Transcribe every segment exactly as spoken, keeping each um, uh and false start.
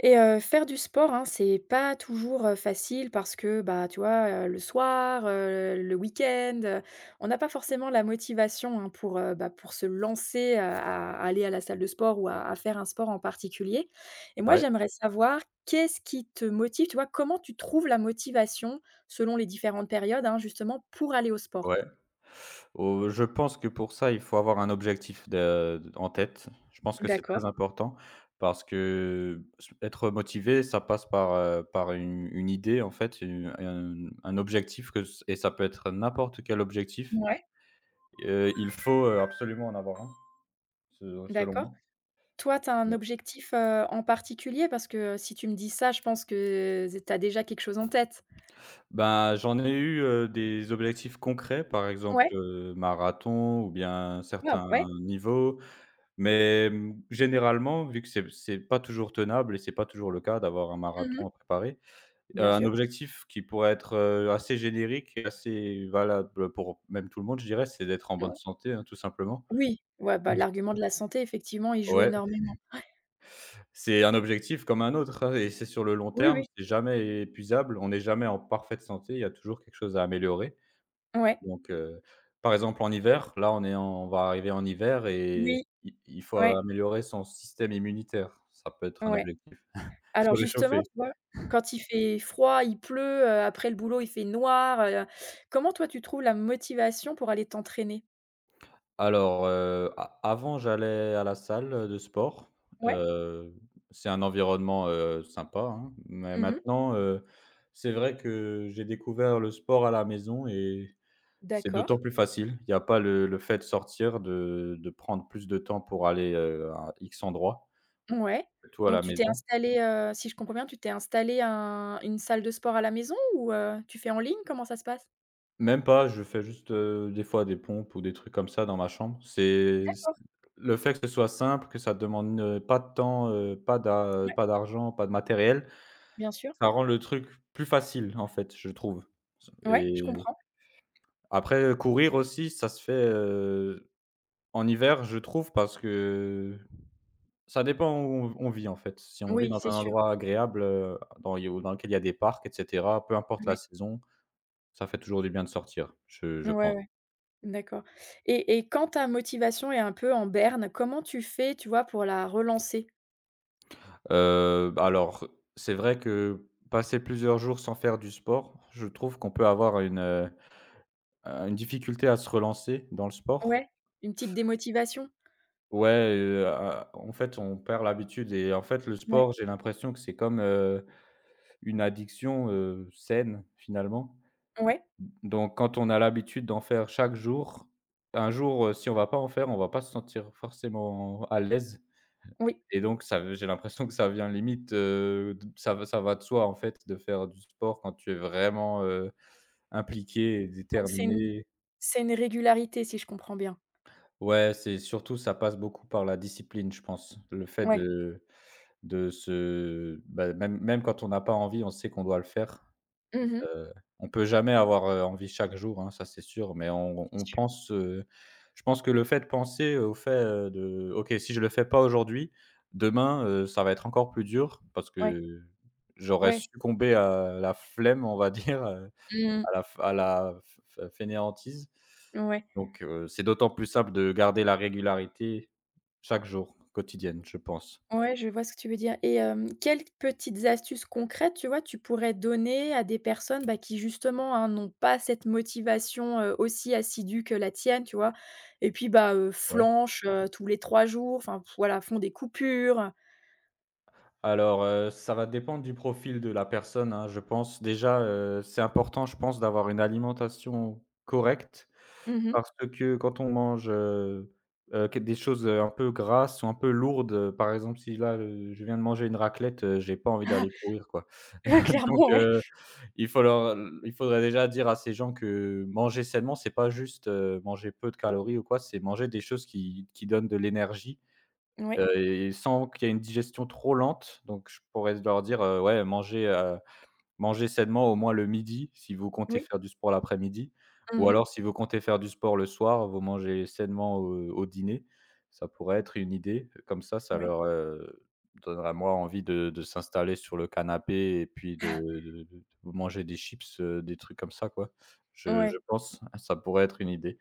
Et heu, faire du sport, hein, c'est pas toujours, heu, facile parce que, bah, tu vois, heu, le soir, heu, le week-end, heu, on n'a pas forcément la motivation, hein, pour, heu, bah, pour se lancer, heu, à à aller à la salle de sport ou à à faire un sport en particulier. Et moi, Ouais, j'aimerais savoir qu'est-ce qui te motive, tu vois? Comment tu trouves la motivation selon les différentes périodes, hein, justement pour aller au sport? ouais. Heu, je pense que pour ça, il faut avoir un objectif de en tête. Je pense que c'est D'accord. très important parce que s être motivé, ça passe par, heu, par une une idée en fait, heu, un un objectif que c et ça peut être n'importe quel objectif. Ouais. Heu, il faut, heu, absolument en avoir un, se selon D'accord. moi. Toi, tu as un Ouais. objectif, heu, en particulier? Parce que si tu me dis ça, je pense que z tu as déjà quelque chose en tête. Ben, j'en ai eu, heu, des objectifs concrets, par exemple, Ouais, heu, marathon ou bien ouais, ouais. certains niveaux. Mais, mmh, généralement, vu que c'est c'est pas toujours tenable et c'est pas toujours le cas d'avoir un Mmh mh. marathon à préparer, heu, Bien un sûr. objectif qui pourrait être, heu, assez générique et assez valable pour même tout le monde, je dirais, c'est d'être en bonne Ouais. santé, hein, tout simplement. Oui, ouais, bah, l'argument de la santé, effectivement, il joue Ouais, énormément. c'est un objectif comme un autre, hein et c'est sur le long Oui, terme, oui. c'est jamais épuisable, on n'est jamais en parfaite santé, il y a toujours quelque chose à améliorer. Ouais. Donc, heu, par exemple en hiver, là on est en on va arriver en hiver et Oui, il il faut ouais, améliorer son système immunitaire. Ça peut être un ouais. objectif. Se Alors justement, réchauffer. tu vois, quand il fait froid, il pleut, heu, après le boulot, il fait noir, heu, comment toi, tu trouves la motivation pour aller t'entraîner? Alors, heu, a avant j'allais à la salle de sport, Ouais. heu, c'est un environnement, heu, sympa, hein. Mais Mmh mh. maintenant, heu, c'est vrai que j'ai découvert le sport à la maison et c'est D'accord. d'autant plus facile. Il n'y a pas le le fait de sortir, de de prendre plus de temps pour aller, heu, à X endroit, Ouais. tout à Donc la tu t'es maison. installée, heu, si je comprends bien, tu t'es installée un une salle de sport à la maison ou, heu, tu fais en ligne? Comment ça se passe? Même pas, je fais juste, heu, des fois des pompes ou des trucs comme ça dans ma chambre. C'est c D'accord. Le fait que ce soit simple, que ça demande, heu, pas de temps, heu, pas d'a Ouais, pas d'argent, pas de matériel, bien sûr. ça rend le truc plus facile, en fait, je trouve, Ouais, et je comprends. après courir aussi, ça se fait, heu, en hiver, je trouve, parce que ça dépend où on on vit, en fait. Si on vit Oui, dans c'est un sûr. endroit agréable, heu, dans il y a dans lequel il y a des parcs et cetera, peu importe la Oui. saison, ça fait toujours du bien de sortir, je je Ouais, pense. ouais, d'accord et et quand ta motivation est un peu en berne, comment tu fais, tu vois, pour la relancer? Heu, bah, alors, c'est vrai que passer plusieurs jours sans faire du sport, je trouve qu'on peut avoir une, heu, une difficulté à se relancer dans le sport. Ouais, une petite démotivation? Ouais, heu, a en fait, on perd l'habitude et en fait, le Ouais, sport, j'ai l'impression que c'est comme, heu, une addiction, heu, saine, finalement. ouais, Donc quand on a l'habitude d'en faire chaque jour, un jour, heu, si on va pas en faire, on va pas se sentir forcément à l'aise oui, et donc ça v j'ai l'impression que ça vient limite, heu, d ça va ça va de soi, en fait, de faire du sport quand tu es vraiment, heu, impliqué et donc c'est une déterminé. c'est une régularité si je comprends bien? Ouais, c'est surtout ça passe beaucoup par la discipline, je pense. Le fait Ouais. de De se bah, Même même quand on n'a pas envie, on sait qu'on doit le faire. Mmh mh. Heu, on peut jamais avoir, heu, envie chaque jour, hein, ça c'est sûr, mais on on C'est sûr. pense, heu, je pense que le fait de penser au fait, heu, de: «OK, si je le fais pas aujourd'hui, demain, heu, ça va être encore plus dur parce Ouais, que j'aurais ouais. succombé à la flemme», on va dire, heu, Mmh. à la f à la f fainéantise. Ouais. Donc heu, c'est d'autant plus simple de garder la régularité chaque jour, quotidienne, je pense. Ouais, je vois ce que tu veux dire et hem, quelles petites astuces concrètes, tu vois, tu pourrais donner à des personnes, bah, qui justement, hein, n'ont pas cette motivation, heu, aussi assidue que la tienne, tu vois? Et puis, bah, heu, Ouais. flanchent, heu, tous les trois jours, enfin, voilà, font des coupures. Alors, heu, ça va dépendre du profil de la personne, hein. Je pense déjà, heu, c'est important, je pense, d'avoir une alimentation correcte Mmh parce que quand on mange, heu heu, que des choses, heu, un peu grasses ou un peu lourdes, heu, par exemple, si là, heu, je viens de manger une raclette, heu, j'ai pas envie d'aller courir, quoi. Donc, Clairement, ouais. heu, il faut leur il faudrait déjà dire à ces gens que manger sainement, c'est pas juste, heu, manger peu de calories ou quoi, c'est manger des choses qui qui donnent de l'énergie. Ouais. Heu et sans qu'il y ait une digestion trop lente, donc je pourrais leur dire, heu: «Ouais, mangez, heu, mangez sainement au moins le midi si vous comptez Oui. faire du sport l'après-midi, ou Mmh mh. alors si vous comptez faire du sport le soir, vous mangez sainement au au dîner». Ça pourrait être une idée, comme ça, ça Ouais. leur, heu, donnera moins envie de de s'installer sur le canapé et puis de de de manger des chips, heu, des trucs comme ça, quoi. Je je Ouais. pense, ça pourrait être une idée.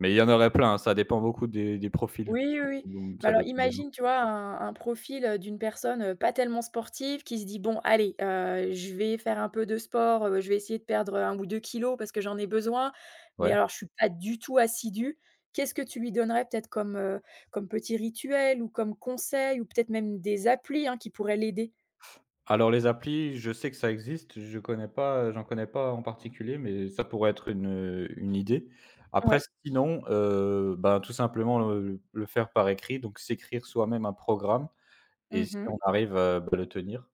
Mais il y en aurait plein, hein, ça dépend beaucoup des des profils, Oui, oui, oui. Mais ça alors dépend des gens. imagine, tu vois, un un profil, heu, d'une personne, heu, pas tellement sportive qui se dit: «Bon allez, heu, je vais faire un peu de sport, heu, je vais essayer de perdre, un ou deux kilos parce que j'en ai besoin, mais Ouais. alors je suis pas du tout assidue». Qu'est-ce que tu lui donnerais peut-être comme, heu, comme petit rituel ou comme conseil ou peut-être même des applis, hein, qui pourraient l'aider? Alors les applis, je sais que ça existe, je connais pas, j'en connais pas en particulier, mais ça pourrait être une, heu, une idée. Après Ouais. sinon, heu, ben, tout simplement le le faire par écrit, donc s'écrire soi-même un programme et si Mmh. on arrive, heu, bah, le tenir,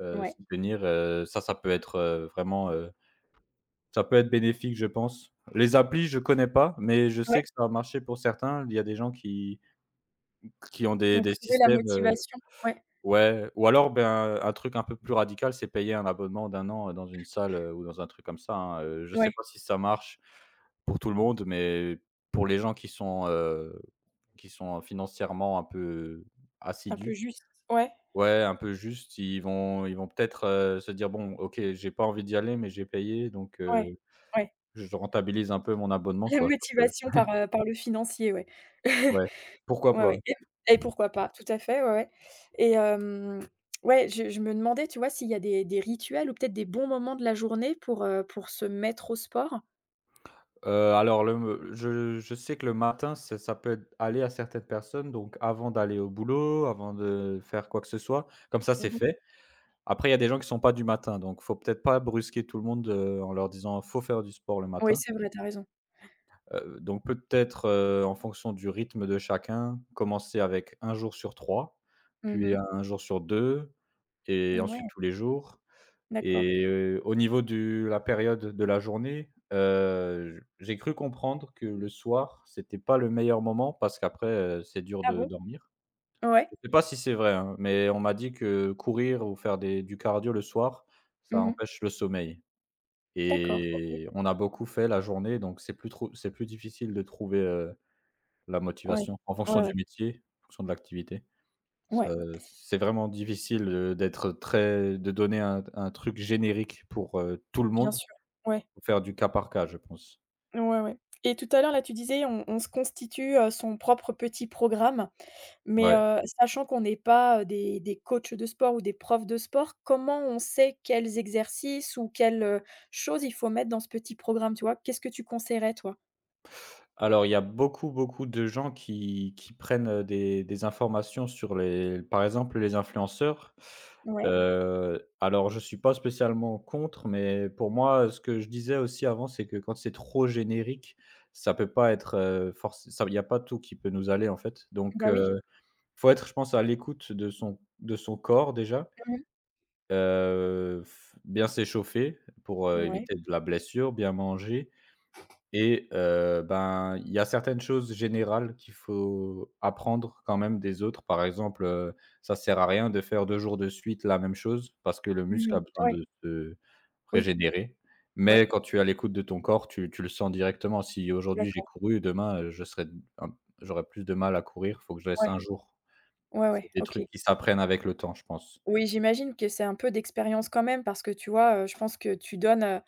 heu, Ouais, s'y tenir, heu, ça, ça peut être, heu, vraiment, heu, ça peut être bénéfique, je pense. Les applis, je connais pas, mais je sais ouais, que ça a marché pour certains. Il y a des gens qui qui ont des pour des trouver la systèmes, heu motivation. Ouais, Ouais, ou alors, ben, un truc un peu plus radical, c'est payer un abonnement d'un an, heu, dans une salle, heu, ou dans un truc comme ça, hein, heu, je sais ouais, pas si ça marche pour tout le monde, mais pour les gens qui sont, heu, qui sont financièrement un peu un peu assidus, juste. Ouais, ouais, un peu juste. Ils vont ils vont peut-être, heu, se dire: «Bon, OK, j'ai pas envie d'y aller, mais j'ai payé, donc ouais, heu, ouais. je rentabilise un peu mon abonnement, La quoi». Ça peut motivation par, heu, par le financier, ouais. Ouais, pourquoi Ouais, pas? ouais et et pourquoi pas, tout à fait, ouais, ouais et hem, ouais, je je me demandais, tu vois, s'il y a des des rituels ou peut-être des bons moments de la journée pour, heu, pour se mettre au sport? Heu, alors le me je je sais que le matin, ça ça peut être aller à certaines personnes, donc avant d'aller au boulot, avant de faire quoi que ce soit, comme ça Mmh c'est Mmh. mh. fait. Après, il y a des gens qui sont pas du matin, donc faut peut-être pas brusquer tout le monde, heu, en leur disant: «Faut faire du sport le Oui, matin». c'est vrai, tu as raison. Heu, donc peut-être, heu, en fonction du rythme de chacun, commencer avec un jour sur trois, Mmh puis mh. un jour sur deux, et ensuite Ouais, tous les jours. d'accord. Et heu, au niveau de la période de la journée, heu, j j'ai cru comprendre que le soir, c'était pas le meilleur moment parce qu'après, heu, c'est dur Ah de bon? dormir. Ouais. Je sais pas si c'est vrai, hein, mais on m'a dit que courir ou faire des du cardio le soir, ça Mmh mh. empêche le sommeil D'accord, OK. et on a beaucoup fait la journée, donc c'est plus trop c'est plus difficile de trouver, heu, la Ouais. motivation en fonction Ouais, du ouais. métier, en fonction de l'activité. Ça Ouais, C'est vraiment difficile, heu, d'être très de donner un un truc générique pour, heu, tout le bien monde. sûr. Ouais. Faut faire du cas par cas, je pense. Ouais, ouais et tout à l'heure, là, tu disais on on se constitue, heu, son propre petit programme. Mais, Ouais. heu, sachant qu'on n'est pas, heu, des des coachs de sport ou des profs de sport, comment on sait quels exercices ou quelles, heu, choses il faut mettre dans ce petit programme, tu vois? Qu'est-ce que tu conseillerais toi? Alors, il y a beaucoup, beaucoup de gens qui qui prennent, heu, des des informations sur les par exemple, les influenceurs. Ouais, Heu, alors je suis pas spécialement contre, mais pour moi, ce que je disais aussi avant, c'est que quand c'est trop générique, ça peut pas être, heu, forcé ça il y a pas tout qui peut nous aller, en fait. Donc, bah, oui. heu, faut être, je pense, à l'écoute de son de son corps déjà, Mmh. heu, f bien s'échauffer pour, heu, Ouais. éviter de la blessure, bien manger. Et heu, ben, il y a certaines choses générales qu'il faut apprendre quand même des autres. Par exemple, heu, ça sert à rien de faire deux jours de suite la même chose parce que le muscle a Mmh. besoin Ouais. de se Oui. régénérer. Ouais. Mais quand tu es à l'écoute de ton corps, tu tu le sens directement. Si aujourd'hui j'ai D'accord. couru, demain, heu, je serais un j'aurais plus de mal à courir. Il faut que je laisse Ouais. un jour. Ouais, C'est ouais. des OK. trucs qui s'apprennent avec le temps, je pense. Oui, j'imagine que c'est un peu d'expérience quand même parce que tu vois, heu, je pense que tu donnes, heu,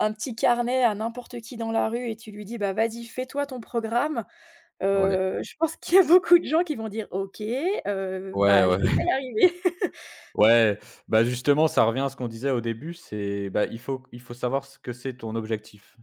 un petit carnet à n'importe qui dans la rue et tu lui dis: «Bah, vas-y, fais-toi ton programme». Ouais. Heu, je pense qu'il y a beaucoup de gens qui vont dire: «OK, heu, Ouais, bah, je vais ouais. pas y arriver». Ouais, bah, justement, ça revient à ce qu'on disait au début, c'est, bah, il faut il faut savoir ce que c'est ton objectif.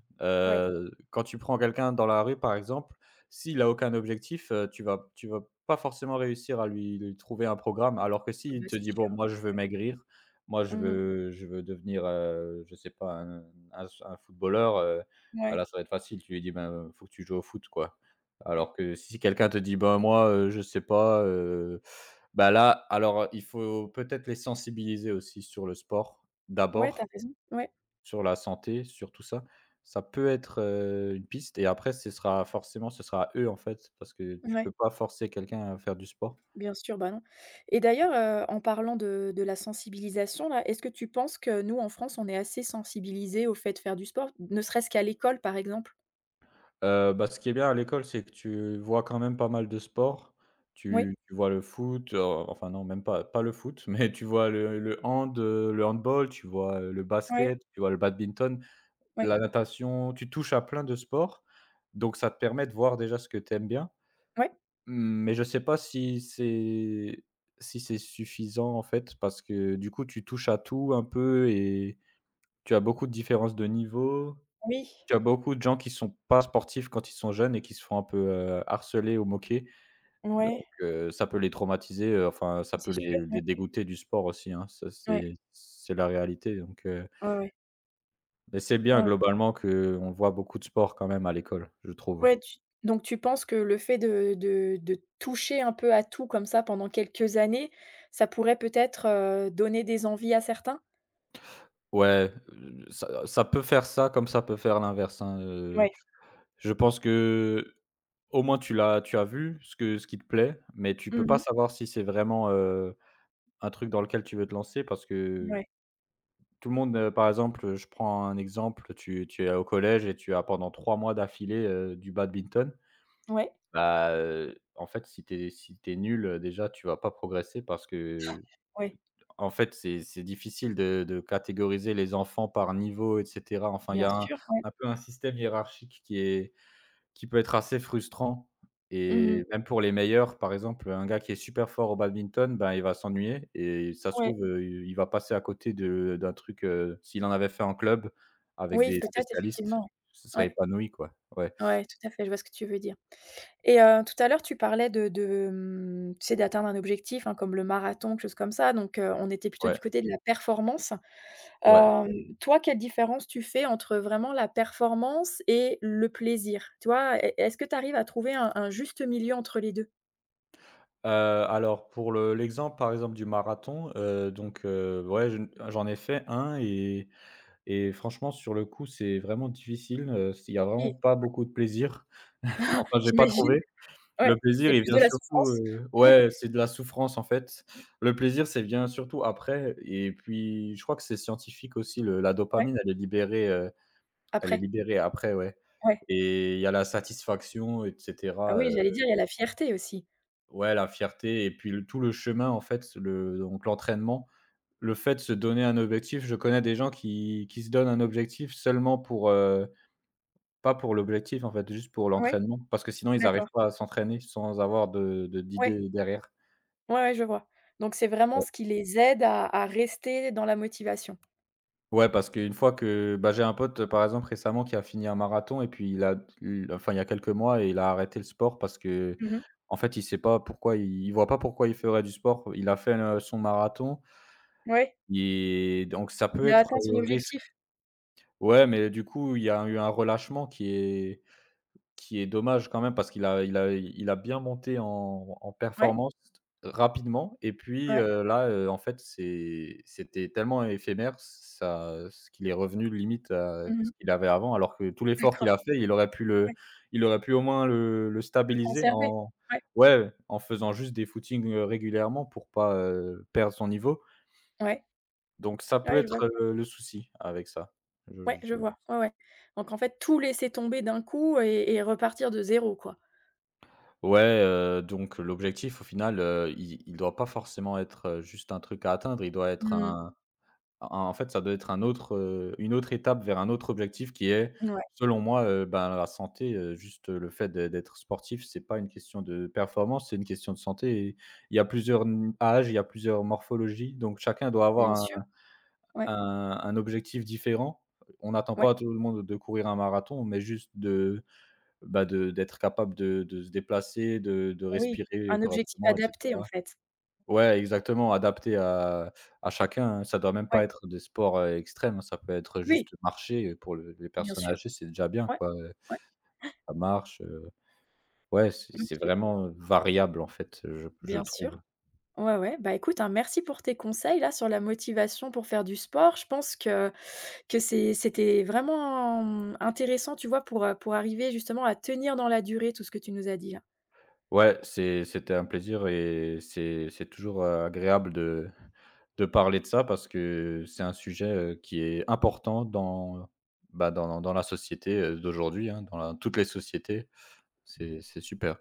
Ouais, Heu, quand tu prends quelqu'un dans la rue, par exemple, s'il a aucun objectif, heu, tu vas tu vas pas forcément réussir à lui lui trouver un programme. Alors que ah s'il bah, te c'est dit: «Bon, sûr. moi, je veux maigrir, moi, je Mmh. veux je veux devenir, heu, je sais pas, un un un footballeur», heu, bah, là, Ouais. ça va être facile. Tu lui dis: «Ben, faut que tu joues au foot, quoi». Alors que si quelqu'un te dit: «Bah, moi, heu, je sais pas, heu». Bah, là, alors, il faut peut-être les sensibiliser aussi sur le sport, Ouais, d'abord, t'as raison. Ouais, sur la santé, sur tout ça. Ça peut être, heu, une piste et après ce sera forcément ce sera à eux, en fait, parce que tu ouais, peux pas forcer quelqu'un à faire du sport. bien sûr, bah, non et d'ailleurs, heu, en parlant de de la sensibilisation là, est-ce que tu penses que nous, en France, on est assez sensibilisés au fait de faire du sport? Ne serait-ce qu'à l'école, par exemple? Heu, bah, ce qui est bien à l'école, c'est que tu vois quand même pas mal de sports. Oui, Tu tu vois le foot, heu, enfin non, même pas pas le foot, mais tu vois le le hand, heu, le handball, tu vois, heu, le oui, basket, tu vois le badminton. oui, La natation, tu touches à plein de sports, donc ça te permet de voir déjà ce que tu aimes bien. oui. Mais je sais pas si c'est si c'est suffisant en fait, parce que du coup tu touches à tout un peu et tu as beaucoup de différences de niveau. Oui, Tu as beaucoup de gens qui sont pas sportifs quand ils sont jeunes et qui se font un peu, heu, harceler ou moquer, ouais. donc heu, ça peut les traumatiser, heu, enfin ça peut C'est sûr. les Ouais, les dégoûter du sport aussi, hein. Ça ouais, c'est c'est la réalité donc heu ouais, ouais. Mais c'est bien Heu, globalement qu'on voit beaucoup de sport quand même à l'école, je trouve. ouais, tu donc tu penses que le fait de de de toucher un peu à tout comme ça pendant quelques années, ça pourrait peut-être, heu, donner des envies à certains? Ouais, heu, ça ça peut faire ça comme ça peut faire l'inverse, hein, heu, Ouais. je pense que au moins tu l'as tu as vu ce que ce qui te plaît, mais tu peux pas Mmh. savoir si c'est vraiment, heu, un truc dans lequel tu veux te lancer parce que Ouais. tout le monde, heu, par exemple, heu, je prends un exemple, tu tu es au collège et tu as pendant trois mois d'affilée, heu, du badminton. Ouais, Bah, heu, en fait, si tu es si tu es nul, heu, déjà tu vas pas progresser parce que ouais, En fait, c'est c'est difficile de de catégoriser les enfants par niveau et cetera. Enfin, il y bien a un sûr, ouais. un peu un système hiérarchique qui est qui peut être assez frustrant Mmh. et même pour les meilleurs, par exemple, un gars qui est super fort au badminton, ben, il va s'ennuyer et ça se Ouais. trouve, heu, il va passer à côté de d'un truc, heu, s'il en avait fait en club avec Oui, des peut-être spécialistes, effectivement, ce serait ouais. épanoui, quoi. Ouais, Ouais, ouais, tout à fait, je vois ce que tu veux dire et heu, tout à l'heure tu parlais de de, mmh, tu sais, d'atteindre un objectif, hein, comme le marathon, quelque chose comme ça, donc heu, on était plutôt ouais, du côté de la performance. ouais. Hem, toi, quelle différence tu fais entre vraiment la performance et le plaisir? Tu vois, est est-ce que tu arrives à trouver un un juste milieu entre les deux? Heu, alors pour le l'exemple, par exemple, du marathon, heu, donc heu, ouais, je j'en ai fait un et Et franchement, sur le coup, c'est vraiment difficile, heu, s il y a vraiment Oui, pas beaucoup de plaisir. Enfin, j'ai pas j'imagine, trouvé. Le ouais, plaisir, c'est il plus vient de la surtout, souffrance. heu Ouais, ouais, c'est de la souffrance, en fait. Le plaisir, c'est vient surtout après et puis je crois que c'est scientifique aussi, le la ouais, dopamine, elle est libérée, heu, elle est après, libérée après, ouais ouais. et il y a la satisfaction et Ah cetera, heu, oui, j'allais dire, il y a la fierté aussi. ouais, la fierté et puis le tout le chemin, en fait, le donc l'entraînement, le fait de se donner un objectif. Je connais des gens qui qui se donnent un objectif seulement pour, heu Pas pour l'objectif, en fait, juste pour Ouais, l'entraînement, parce que sinon ils arrivent d'accord. pas à s'entraîner sans avoir de de Ouais, d'idée derrière. ouais, ouais, je vois. Donc c'est vraiment Ouais. ce qui les aide à à rester dans la motivation. Ouais, parce qu'une fois que bah, j'ai un pote, par exemple, récemment qui a fini un marathon et puis il a il enfin, il y a quelques mois et il a arrêté le sport parce Mmh. qu'en fait, il sait pas pourquoi il il voit pas pourquoi il ferait du sport. Il a fait, heu, son marathon Ouais, et donc ça peut il a être, atteint son heu, risque objectif. Ouais, mais du coup, il y a eu un relâchement qui est Qui est dommage quand même parce qu'il a il a il a bien monté en en Ouais, performance rapidement et puis, ouais. heu, là, heu, en fait, c'est c'était tellement éphémère ça ce qu'il est revenu limite à ce Mmh. qu'il avait avant alors que tout l'effort qu'il D'accord, a fait, il aurait pu ouais, le il aurait pu au moins le le le stabiliser conserver. en Ouais, ouais, en faisant juste des footings, heu, régulièrement pour pas, heu, perdre son niveau. ouais, Donc ça peut ouais, je vois. être, heu, le souci avec ça. Ouais, Je je vois, ouais, ouais. Donc en fait, tout laisser tomber d'un coup et et repartir de zéro, quoi. Ouais, heu, donc l'objectif au final, heu, il il doit pas forcément être, heu, juste un truc à atteindre, il doit être Mmh. un un en fait, ça doit être un autre, heu, une autre étape vers un autre objectif qui est, Ouais, selon moi, heu, ben, la santé, heu, juste le fait d'ê d'être sportif, c'est pas une question de performance, c'est une question de santé et il y a plusieurs n âges, il y a plusieurs morphologies, donc chacun doit avoir bien un sûr, ouais, un un objectif différent. On n'attend ouais, pas à tout le monde de courir un marathon, mais juste de bah, de d'être capable de de se déplacer, de de oui, respirer un objectif correctement et adapté, en cetera. fait. Ouais, exactement, adapté à à chacun, hein. Ça doit même pas Ouais, être des sports, heu, extrêmes, hein. Ça peut être juste oui, marcher, heu, pour le les bien personnes sûr, âgées, c'est déjà bien, ouais, quoi, heu, ouais, La marche, heu, ouais, c'est c'est OK, vraiment, heu, variable, en fait, heu, je je bien sûr. trouve. Ouais, ouais, bah, écoute, hein, merci pour tes conseils, là, sur la motivation pour faire du sport. Je pense que que c'est c'était vraiment hum, intéressant, tu vois, pour, heu, pour arriver justement à tenir dans la durée tout ce que tu nous as dit, là. Ouais, c'est c'était un plaisir et c'est c'est toujours, heu, agréable de de parler de ça parce que c'est un sujet, heu, qui est important dans, bah, dans dans la société, heu, d'aujourd'hui, hein, dans la toutes les sociétés. C'est c'est super.